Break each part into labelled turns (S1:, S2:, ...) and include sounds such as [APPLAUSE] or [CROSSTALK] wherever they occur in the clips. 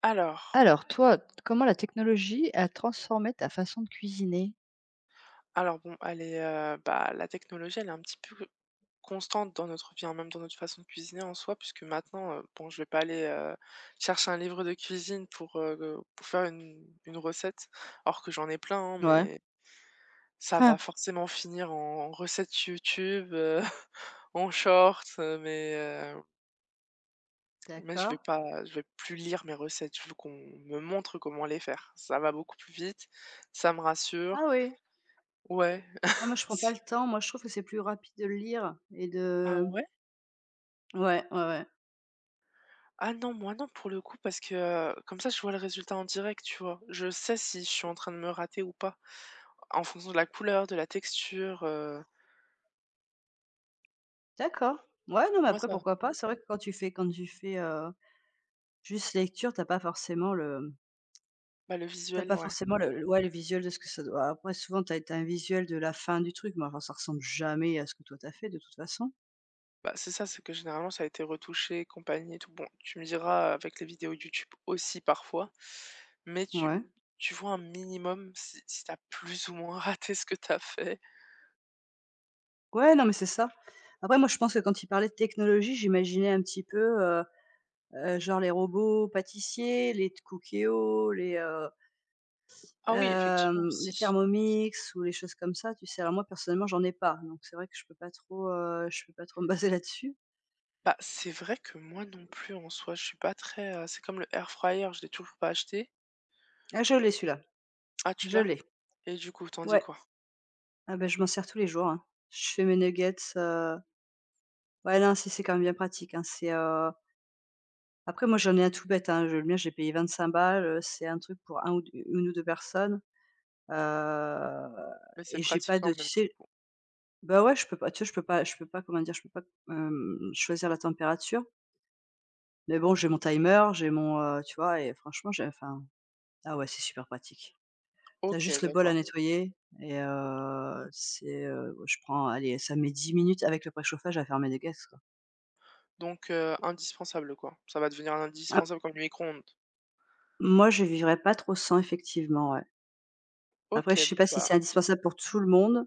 S1: Alors
S2: Alors toi, comment la technologie a transformé ta façon de cuisiner?
S1: alors bon, elle est, la technologie, elle est un petit peu constante dans notre vie, hein, même dans notre façon de cuisiner en soi, puisque maintenant, bon, je vais pas aller, chercher un livre de cuisine pour faire une recette, alors que j'en ai plein, hein,
S2: Ouais.
S1: mais ça va
S2: Ah.
S1: forcément finir en recette YouTube, [LAUGHS] en short, mais je
S2: D'accord.
S1: vais pas je vais plus lire mes recettes. Je veux qu'on me montre comment les faire. Ça va beaucoup plus vite, ça me
S2: Ah
S1: rassure.
S2: oui.
S1: Ouais,
S2: Ah, moi, je
S1: [LAUGHS]
S2: prends pas le
S1: c'est
S2: temps. Moi, je trouve que c'est plus rapide de le lire et
S1: ah
S2: de
S1: ouais?
S2: ouais, ouais, ouais.
S1: Ah non, moi non pour le coup parce que, comme ça je vois le résultat en direct, tu vois? Je sais si je suis en train de me rater ou pas, en fonction de la couleur, de la texture,
S2: D'accord. Ouais, non, mais
S1: moi
S2: après,
S1: ça
S2: pourquoi pas? C'est vrai que quand tu fais, juste lecture, t'as pas forcément le
S1: bah, le
S2: t'as
S1: visuel,
S2: pas
S1: ouais.
S2: forcément le le ouais, le visuel de ce que ça doit après, souvent, t'as as un visuel de la fin du truc, mais enfin, ça ressemble jamais à ce que toi, t'as fait de toute façon.
S1: Bah, c'est ça, c'est que généralement ça a été retouché et compagnie et tout. Bon, tu me diras avec les vidéos YouTube aussi parfois, mais
S2: Ouais.
S1: tu tu vois un minimum si tu plus ou moins [LAUGHS] raté ce que t'as fait.
S2: Ouais, non, mais c'est ça. Après moi, je pense que quand il parlait de technologie, j'imaginais un petit peu, genre les robots pâtissiers, les t Cookeo, les,
S1: Ah oui, effectivement
S2: les
S1: aussi.
S2: Thermomix ou les choses comme ça, tu sais? Alors moi, personnellement, j'en ai pas, donc c'est vrai que je peux pas trop, je peux pas trop me [LAUGHS] baser là-dessus.
S1: Bah, c'est vrai que moi non plus en soi, je suis pas très, c'est comme le air fryer, je l'ai toujours pas acheté.
S2: Ah, je l'ai celui-là,
S1: Ah, tu
S2: je
S1: l'as?
S2: l'ai.
S1: Et du coup, t'en dis
S2: Ouais,
S1: quoi?
S2: ah ben je m'en sers tous les jours, hein. Je fais mes nuggets, ouais, non, si, c'est quand même bien pratique, hein. C'est, après moi, j'en ai un tout bête, hein, je le mien, j'ai payé 25 balles, c'est un truc pour un ou d 1 ou 2 personnes. Heu
S1: Mais c'est
S2: et j'ai pas
S1: pratique quand
S2: de tu
S1: même, du
S2: sais
S1: coup.
S2: bah, ouais, je peux pas tu vois, je peux pas, comment dire? Je peux pas, choisir la température. Mais bon, j'ai mon timer, j'ai mon, tu vois? Et franchement, j'ai enfin, ah ouais, c'est super pratique. T'as
S1: OK,
S2: juste le bol à
S1: d'accord.
S2: nettoyer et c'est, je prends, allez, ça met 10 minutes avec le préchauffage à fermer des gaz, quoi.
S1: Donc indispensable, quoi. Ça va devenir
S2: Ah,
S1: indispensable comme le micro-ondes.
S2: moi, je vivrais pas trop sans, effectivement, ouais. Après, je
S1: OK,
S2: sais pas si c'est indispensable pour tout le monde.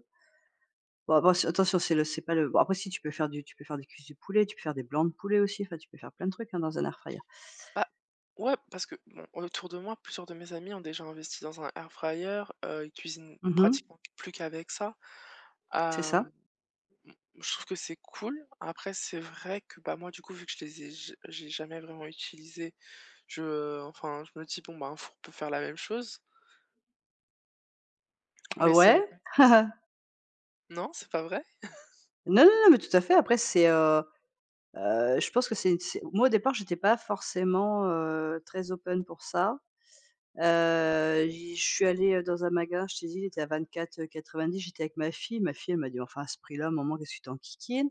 S2: Bon, bon, c'est attention, c'est le c'est pas le bon, après si tu peux faire du tu peux faire des cuisses de poulet, tu peux faire des blancs de poulet aussi, enfin tu peux faire plein de trucs, hein, dans un air fryer.
S1: bah, ouais, parce que bon, autour de moi, plusieurs de mes amis ont déjà investi dans un air fryer, ils cuisinent
S2: Mmh.
S1: pratiquement plus qu'avec ça.
S2: C'est ça.
S1: Hem, m Je trouve que c'est cool. Après, c'est vrai que, bah, moi, du coup, vu que je les ai j'ai jamais vraiment utilisés, je enfin, je me dis: «Bon, bah, un four peut faire la même chose».
S2: Ah
S1: Mais c'est
S2: ouais?
S1: vrai
S2: [LAUGHS]
S1: non, c'est pas vrai?
S2: Non, non, non, mais tout à fait. Après c'est, je pense que c'est moi au départ, j'étais pas forcément, très open pour ça. J'y je suis allée, dans un magasin, je t'ai dit, il était à 24,90, j'étais avec ma fille. Ma fille, elle m'a dit: enfin à ce prix-là, maman, qu'est-ce que tu t'en kikines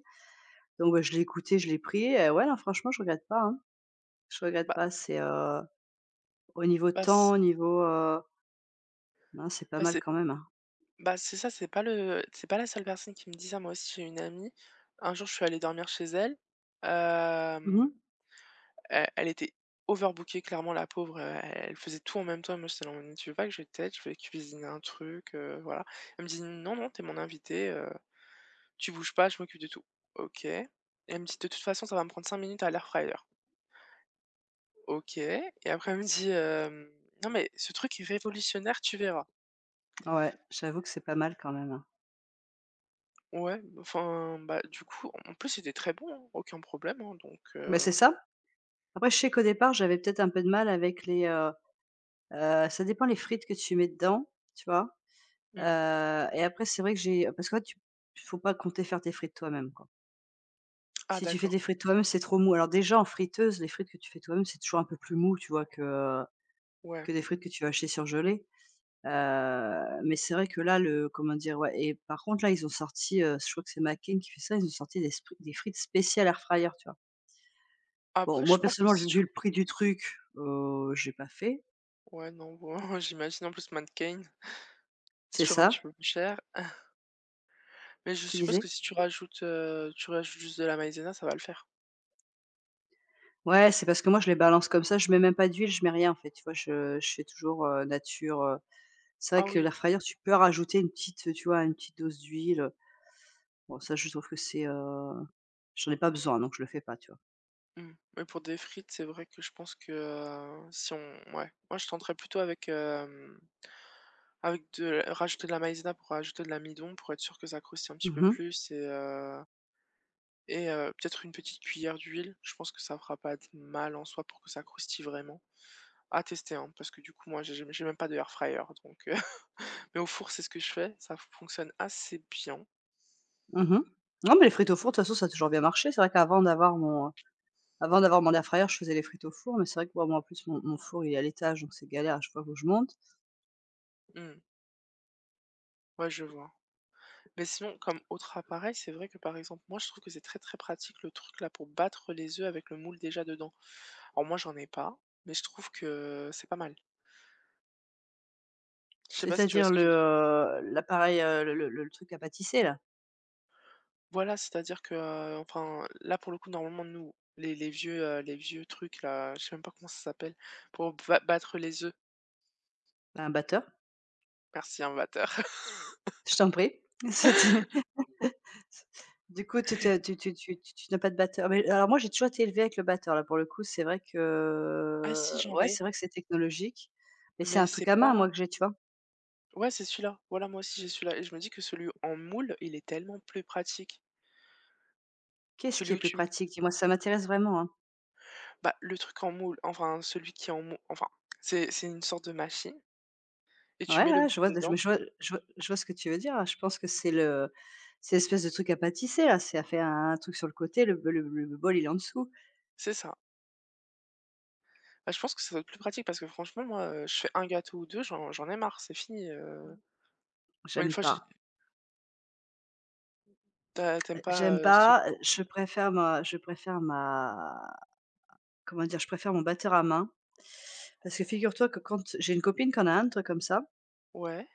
S2: donc, bah, je l'ai écoutée, je l'ai pris et ouais, non, franchement, je regrette pas, hein. Je regrette
S1: Bah
S2: pas, c'est, au niveau
S1: bah,
S2: temps,
S1: si,
S2: au niveau, hein, c'est pas
S1: bah,
S2: mal
S1: c'est
S2: quand même, hein.
S1: Bah, c'est ça, c'est pas le c'est pas la seule personne qui me dit ça. Moi aussi, j'ai une amie. Un jour, je suis allée dormir chez elle.
S2: Mmh.
S1: Hem, elle était overbookée, clairement, la pauvre, elle faisait tout en même temps. Moi, j'étais là en mode: tu veux pas que je t'aide? Je vais cuisiner un truc, voilà». Elle me dit: «Non, non, t'es mon invité tu bouges pas, je m'occupe de tout». OK. Elle me dit: «De toute façon, ça va me prendre 5 minutes à l'air fryer». OK et après, elle me dit, hem: «Non, mais ce truc est révolutionnaire, tu verras».
S2: Ouais, j'avoue que c'est pas mal quand même, hein.
S1: Ouais, enfin, bah, du coup, en plus, c'était très bon, hein, aucun problème, hein, donc
S2: Bah, c'est ça. Après, je sais qu'au départ, j'avais peut-être un peu de mal avec les, ça dépend les frites que tu mets dedans, tu vois? Heu
S1: mmh.
S2: et après, c'est vrai que j'ai parce que ouais, tu faut pas compter faire tes frites toi-même, quoi.
S1: Ah
S2: Si tu fais
S1: d'accord,
S2: tes frites toi-même, c'est trop mou. Alors déjà, en friteuse, les frites que tu fais toi-même, c'est toujours un peu plus mou, tu vois, que,
S1: ouais.
S2: que des frites que tu vas acheter surgelées. Mais c'est vrai que là, le comment dire? Ouais et par contre là, ils ont sorti, je crois que c'est McCain qui fait ça, ils ont sorti des spri des frites spéciales air fryer, tu vois? Bon,
S1: Après, je
S2: moi
S1: pense que
S2: personnellement, j'ai
S1: si
S2: vu
S1: tu
S2: le prix du truc, j'ai pas fait.
S1: ouais, non, bon, [LAUGHS] j'imagine, en plus, mannequin, c'est
S2: C'est
S1: toujours un petit
S2: ça?
S1: peu plus cher. [LAUGHS] Mais je
S2: Tu
S1: suppose
S2: disais?
S1: que si tu rajoutes, tu rajoutes juste de la maïzena, ça va le faire.
S2: Ouais, c'est parce que moi je les balance comme ça, je mets même pas d'huile, je mets rien en fait, tu vois? Je fais toujours, nature, c'est vrai
S1: Ah
S2: que
S1: oui,
S2: l'air fryer, tu peux rajouter une petite, tu vois? Une petite dose d'huile, bon ça je trouve que c'est, j'en ai pas besoin donc je le fais pas, tu
S1: mmh, mais pour des frites, c'est vrai que je pense que, si on ouais, moi, je tenterais plutôt avec, avec de rajouter de la maïzena pour rajouter de l'amidon, pour être sûr que ça croustille un petit peu
S2: vois?
S1: plus et peut-être une petite cuillère d'huile. Je pense que ça fera pas de mal en soi pour que ça croustille vraiment. À tester, hein, parce que du coup, moi, j'ai même pas de air fryer donc [LAUGHS] mais au four, c'est ce que je fais, ça fonctionne assez bien.
S2: Mmh. Non, mais les frites au four, de toute façon, ça a toujours bien marché. C'est vrai qu'avant d'avoir mon, avant d'avoir mon air fryer, je faisais les frites au four, mais c'est vrai que, bon, moi, en plus, mon four, il est à l'étage, donc c'est galère à chaque fois, que je monte.
S1: Mmh. Ouais, je vois. Mais sinon, comme autre appareil, c'est vrai que, par exemple, moi, je trouve que c'est très, très pratique le truc là pour battre les œufs avec le moule déjà dedans. Alors moi, j'en ai pas, mais je trouve que c'est pas mal. Je sais pas si tu vois
S2: C'est-à-dire
S1: ce que
S2: le,
S1: je veux dire?
S2: l'appareil, le le truc à pâtisser là,
S1: Voilà, c'est-à-dire que, enfin, là, pour le coup, normalement, nous, les vieux, les vieux trucs là, je sais même pas comment ça s'appelle, pour ba battre les œufs.
S2: un batteur.
S1: Merci, un
S2: Je t'en prie. [LAUGHS] C'était
S1: [LAUGHS]
S2: du coup, tu tu n'as pas de batteur? Mais alors moi, j'ai toujours été élevée avec le batteur. Là, pour le coup, c'est vrai
S1: Ah si,
S2: que
S1: j'en
S2: ouais,
S1: ai,
S2: c'est vrai que c'est technologique, mais c'est
S1: mais
S2: un truc
S1: c'est
S2: à main, moi,
S1: pas
S2: que j'ai, tu vois?
S1: ouais, c'est celui-là. Voilà, moi aussi, j'ai celui-là et je me dis que celui en moule, il est tellement plus pratique.
S2: Qu'est-ce qui
S1: Celui
S2: est
S1: où
S2: plus
S1: tu
S2: pratique? Dis-moi, ça m'intéresse vraiment, hein.
S1: bah, le truc en moule, enfin, celui qui est en moule, enfin, c'est une sorte de machine et tu
S2: Ouais,
S1: mets le
S2: ouais, je
S1: moule
S2: vois de je me
S1: dedans.
S2: je vois je vois ce que tu veux dire. Je pense que c'est le c'est l'espèce de truc à pâtisser là, c'est à faire un truc sur le côté, le le bol, il est en dessous.
S1: C'est ça. Bah, je pense que ça doit être plus pratique parce que franchement, moi, je fais un gâteau ou 2, j'en ai marre, c'est fini. Moi, une
S2: J'aime
S1: fois, j'ai
S2: pas,
S1: Tu as
S2: j'aime
S1: pas, celui
S2: pas, je préfère ma comment dire? Je préfère mon batteur à main. Parce que figure-toi que quand j'ai une copine qui en a un, truc comme ça,
S1: ouais.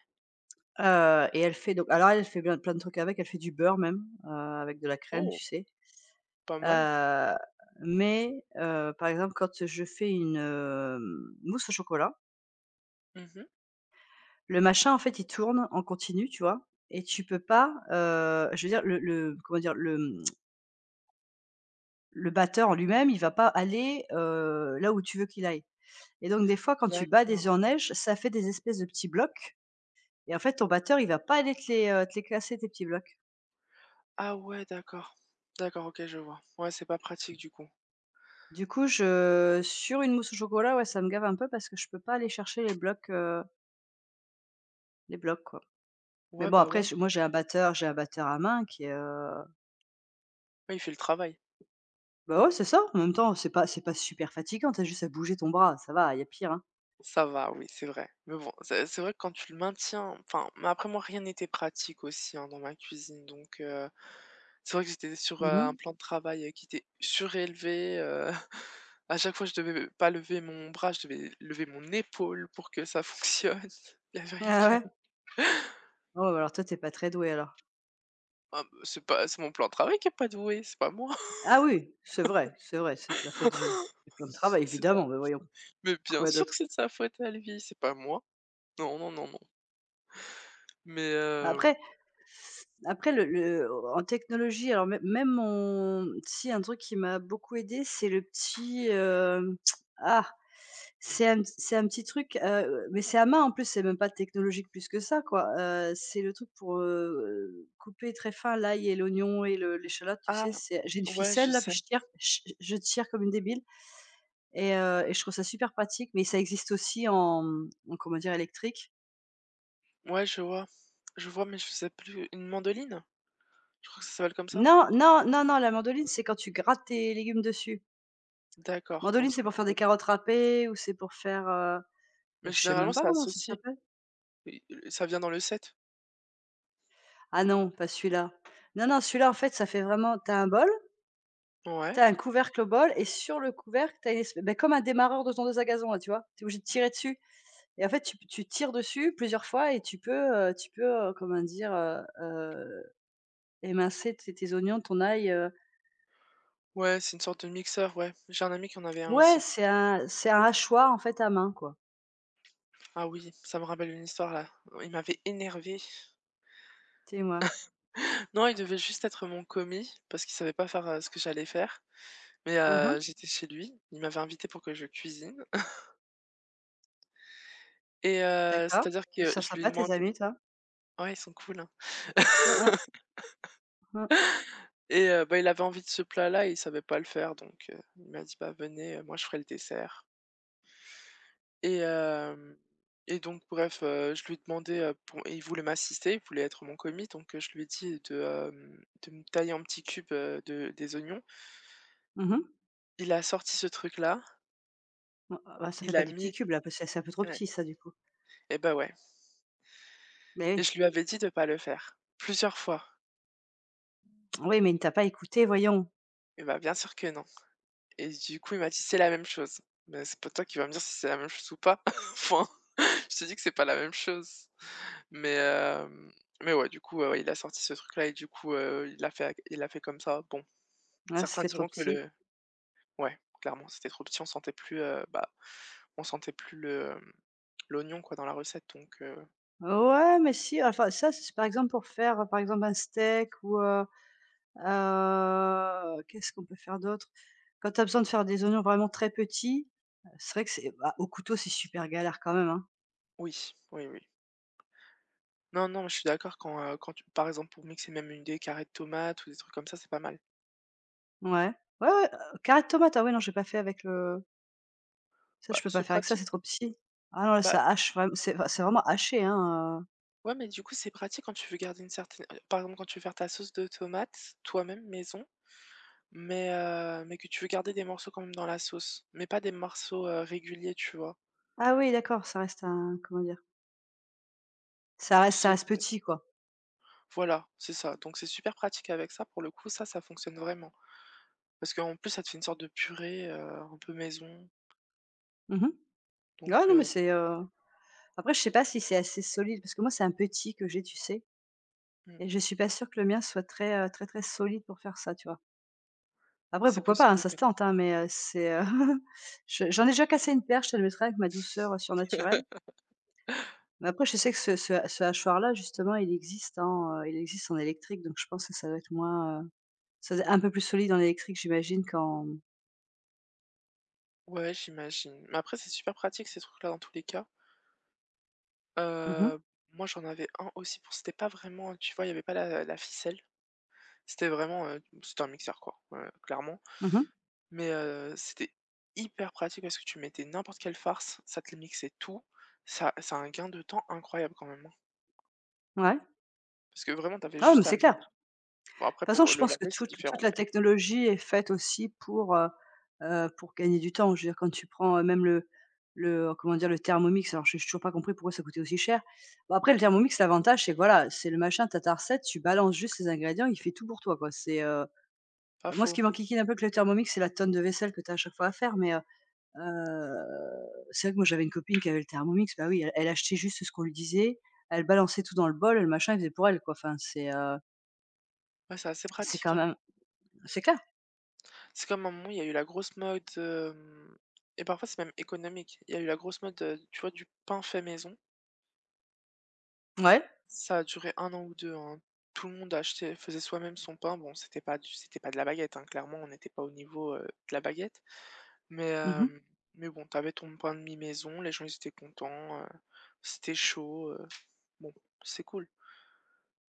S2: et elle fait donc alors elle, fait plein plein de trucs avec, elle fait du beurre même, avec de la crème,
S1: Oh,
S2: tu sais?
S1: pas mal.
S2: Heu, mais par exemple, quand je fais une, mousse au chocolat.
S1: Mmh
S2: Le machin, en fait, il tourne en continu, tu vois? Et tu peux pas, je veux dire le comment dire? Le, le batteur en lui-même, il va pas aller, là où tu veux qu'il aille. Et donc des fois, quand tu bats des œufs
S1: D'accord.
S2: en neige, ça fait des espèces de petits blocs et en fait, ton batteur, il va pas aller te les classer tes petits blocs.
S1: Ah ouais, d'accord. D'accord, OK, je vois. Ouais, c'est pas pratique du coup.
S2: Du coup, je sur une mousse au chocolat, ouais, ça me gave un peu parce que je peux pas aller chercher les blocs, quoi. Mais
S1: Ouais,
S2: bon
S1: bah,
S2: après,
S1: ouais.
S2: j moi j'ai un batteur à main qui est,
S1: Ouais, il fait le travail.
S2: bah, ouais, c'est ça. En même temps, c'est pas super fatigant, t'as juste à bouger ton bras, ça va, il y a pire, hein.
S1: Ça va, oui, c'est vrai. Mais bon, c'est vrai que quand tu le maintiens enfin, mais après moi, rien n'était pratique aussi, hein, dans ma cuisine, donc c'est vrai que j'étais sur,
S2: Mmh.
S1: un
S2: [LAUGHS]
S1: plan de travail, qui était surélevé, [LAUGHS] à chaque fois, je devais pas lever mon bras, je devais lever mon épaule pour que ça fonctionne. [LAUGHS] Il y avait rien
S2: Ah
S1: qui allait.
S2: ouais? Oh, bah, alors toi, t'es pas très doué alors.
S1: Ah, bah, c'est pas c'est mon plan de travail qui est pas doué, c'est pas moi.
S2: Ah oui, c'est vrai, c'est vrai, c'est de la faute du plan de
S1: [LAUGHS]
S2: travail
S1: C'est pas
S2: évidemment, mais voyons,
S1: mais bien
S2: quoi
S1: sûr que
S2: d'autre?
S1: c'est de sa faute à lui, c'est pas moi. Non, non, non, non. Mais,
S2: Après après le en technologie, alors, mê même mon si un truc qui m'a beaucoup aidé c'est le petit, [TSK] ah, c'est un petit truc, mais c'est à main, en plus, c'est même pas technologique plus que ça, quoi. C'est le truc pour, couper très fin l'ail et l'oignon et le l'échalote, tu
S1: ah,
S2: sais? C'est j'ai une
S1: ouais, je
S2: ficelle là, puis
S1: sais.
S2: je tire, je tire comme une débile et je trouve ça super pratique, mais ça existe aussi en, en comment dire? Électrique.
S1: Ouais, je vois. Mais je sais plus. Une mandoline? Je crois que ça s'appelle comme ça?
S2: Non, non, non, non, la mandoline, c'est quand tu grattes tes légumes dessus.
S1: D'accord,
S2: Mandoline,
S1: donc c'est
S2: c'est
S1: pas
S2: pour
S1: une
S2: faire des
S1: mandoline.
S2: carottes râpées ou c'est pour faire, bah,
S1: Mais
S2: je sais même
S1: généralement,
S2: pas
S1: c'est
S2: comment ça
S1: associé.
S2: s'appelle.
S1: Et ça vient dans le set.
S2: Ah non, pas celui-là. Non, non, celui-là, en fait, ça fait vraiment tu as un bol, tu
S1: Ouais.
S2: as un couvercle au bol et sur le couvercle, tu as une espè bah, comme un démarreur de tondeuse à gazon, là, tu vois? Tu es obligé de tirer dessus et en fait, tu p tu tires dessus plusieurs fois et tu peux, comment dire? Émincer tes oignons, ton ail,
S1: Ouais, c'est une sorte de mixeur, ouais. J'ai un ami qui en avait un
S2: ouais,
S1: aussi.
S2: c'est un hachoir, en fait, à main, quoi.
S1: Ah oui, ça me rappelle une histoire là. Il m'avait énervée.
S2: Tu sais, moi?
S1: Non, il devait juste être mon commis parce qu'il savait pas faire, ce que j'allais faire, mais
S2: Mmh mh.
S1: j'étais chez lui, il m'avait invité pour que je cuisine [LAUGHS] et
S2: D'accord.
S1: c'est-à-dire
S2: Ils
S1: que
S2: sont
S1: je lui
S2: sympas tes
S1: demandais
S2: amis, toi?
S1: ouais, ils sont cool, hein
S2: Mmh, mmh,
S1: [LAUGHS]
S2: mmh.
S1: et bah, il avait envie de ce plat-là et il savait pas le faire donc il m'a dit: «Bah, venez, moi je ferai le dessert» et hem et donc bref, je lui ai demandé, pour et il voulait m'assister, il voulait être mon commis donc je lui ai dit de, de me tailler en petits cubes, de des oignons.
S2: Mmh mh.
S1: Il a sorti ce truc-là,
S2: Non, ah bah, ça fait
S1: il
S2: pas
S1: a
S2: des petits
S1: mis
S2: cubes là, parce que c'est un peu trop
S1: ouais
S2: petit ça du coup.
S1: et bah, ouais.
S2: Mais
S1: Et
S2: oui.
S1: je lui avais dit de pas le faire, plusieurs fois.
S2: Oui, mais il ne t'a pas écouté voyons.
S1: Il m'a bien sûr que non et du coup, il m'a dit: «C'est la même chose». Mais c'est pas toi qui vas me dire si c'est la même chose ou pas. [LAUGHS] Enfin, je te dis que c'est pas la même chose. Mais hem, mais ouais, du coup, ouais, il a sorti ce truc-là et du coup, il l'a fait comme ça. Bon,
S2: Ah,
S1: certains
S2: c'était trop
S1: diront que
S2: petit.
S1: le ouais, clairement, c'était trop petit, on sentait plus le, l'oignon, quoi, dans la recette donc
S2: Ouais, mais si, enfin ça, c'est par exemple pour faire, par exemple un steak ou qu'est-ce qu'on peut faire d'autre? Quand tu as besoin de faire des oignons vraiment très petits, c'est vrai que c'est bah, au couteau, c'est super galère quand même, hein.
S1: oui, oui, oui. Non, non, je suis d'accord quand, quand tu par exemple, pour mixer même une des carrés de tomates ou des trucs comme ça, c'est pas mal.
S2: Ouais. Ouais, ouais, carottes, tomates, ah ouais non, j'ai pas fait avec le ça
S1: Bah,
S2: je peux pas
S1: c'est
S2: faire avec ça,
S1: pratique.
S2: c'est trop petit. Ah non, là
S1: Bah,
S2: ça hache, vraiment c'est enfin c'est vraiment haché, hein,
S1: ouais, mais du coup, c'est pratique quand tu veux garder une certaine par exemple, quand tu veux faire ta sauce de tomate toi-même maison, mais que tu veux garder des morceaux quand même dans la sauce, mais pas des morceaux, réguliers, tu vois?
S2: ah oui d'accord, ça reste un comment dire? Ça
S1: C'est
S2: reste petit, quoi.
S1: voilà, c'est ça, donc c'est super pratique avec ça pour le coup, ça fonctionne vraiment. Parce qu'en plus, ça te fait une sorte de purée, un peu maison,
S2: Mmh.
S1: donc
S2: Ouais, non, mais c'est, après je sais pas si c'est assez solide parce que moi, c'est un petit que j'ai, tu sais?
S1: mmh,
S2: Et je suis pas sûre que le mien soit très, très, très solide pour faire ça, tu vois? Après
S1: c'est
S2: pourquoi pas, hein,
S1: possible
S2: ça se
S1: que
S2: tente, hein, mais, c'est, [LAUGHS] je j'en ai déjà cassé une paire, je te le mettrai avec ma douceur, surnaturelle.
S1: [LAUGHS]
S2: Mais après je sais que ce ce hachoir-là justement, il existe en électrique, donc je pense que ça doit être moins, ça doit être un peu plus solide en électrique, j'imagine, qu'en
S1: ouais, j'imagine, mais après, c'est super pratique ces trucs-là dans tous les cas.
S2: mhm, mhm.
S1: Heu, moi j'en avais un aussi pour c'était pas vraiment tu vois, il y avait pas la ficelle. C'était vraiment, c'était un mixeur quoi, clairement. Mais, c'était hyper pratique parce que tu mettais n'importe quelle farce, ça te mixait tout. Ça c'est un gain de temps incroyable quand même, hein.
S2: Ouais.
S1: Parce que vraiment t'avais
S2: Ah ouais, mais
S1: juste à
S2: c'est clair.
S1: mettre bon
S2: Toute
S1: après
S2: façon,
S1: pour
S2: je
S1: le
S2: pense que
S1: laver c'est
S2: toute
S1: différent,
S2: toute la technologie est faite aussi pour gagner du temps. Je veux dire quand tu prends, même le comment dire? Le Thermomix, alors je j'ai toujours pas compris pourquoi ça coûtait aussi cher. Bon après le
S1: mmh,
S2: Thermomix, l'avantage c'est que voilà, c'est le machin, tu ta recette, tu balances juste les ingrédients, il fait tout pour toi, quoi. C'est,
S1: pas
S2: moi ce
S1: faux.
S2: qui m'enquiquine un peu avec le Thermomix, c'est la tonne de vaisselle que tu as à chaque fois à faire, mais, heu, c'est vrai que moi j'avais une copine qui avait le Thermomix, bah oui, elle elle achetait juste ce qu'on lui disait, elle balançait tout dans le bol, le machin, il faisait pour elle, quoi. Enfin
S1: Ouais, c'est assez
S2: c'est
S1: pratique,
S2: quand
S1: hein.
S2: même c'est clair.
S1: C'est comme à un moment il y a eu la grosse mode, hem et parfois c'est même économique. Il y a eu la grosse mode, tu vois, du pain fait maison.
S2: Ouais.
S1: Ça a duré 1 an ou 2, hein. Tout le monde achetait faisait soi-même son pain. Bon, c'était pas de la baguette, hein, clairement, on n'était pas au niveau, de la baguette. Mais,
S2: Mmh.
S1: hem, mais bon, t'avais ton pain de mi-maison, les gens ils étaient contents, c'était chaud, bon, c'est cool.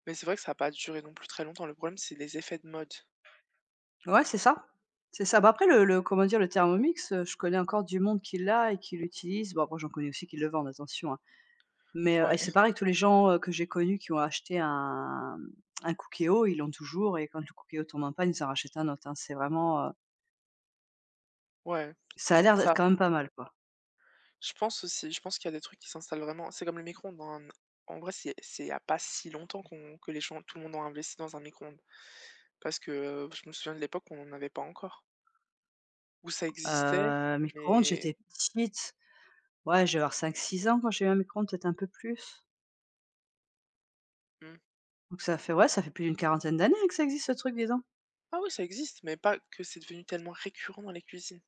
S1: Mais c'est vrai que ça a pas duré non plus très longtemps. Le problème, c'est les effets de mode.
S2: Ouais, c'est ça. C'est ça. Bah, après le comment dire? Le Thermomix, je connais encore du monde qui l'a et qui l'utilise. Bon, après j'en connais aussi qui le vendent, attention, hein. Mais,
S1: Ouais,
S2: et
S1: [LAUGHS]
S2: c'est pareil, tous les gens, que j'ai connus qui ont acheté un Cookéo, ils l'ont toujours et quand le Cookéo tombe en panne, ils en rachètent un autre, hein. C'est vraiment,
S1: ouais,
S2: ça a l'air d'être
S1: ça
S2: quand même pas mal, quoi.
S1: Je pense aussi, je pense qu'il y a des trucs qui s'installent vraiment c'est comme le micro-ondes, hein. En vrai, c'est il y a pas si longtemps qu'on que les gens tout le monde a investi dans un micro-ondes. Parce que, je me souviens de l'époque où on n'en avait pas encore. Où ça existait,
S2: Micro-ondes,
S1: mais
S2: j'étais petite. Ouais, je devais avoir 5-6 ans quand j'ai eu un micro-ondes, peut-être un peu plus.
S1: mmh.
S2: Donc ça fait ouais, ça fait plus d'une quarantaine d'années que ça existe ce truc, dis donc.
S1: Ah oui, ça existe, mais pas que c'est devenu tellement récurrent dans les cuisines.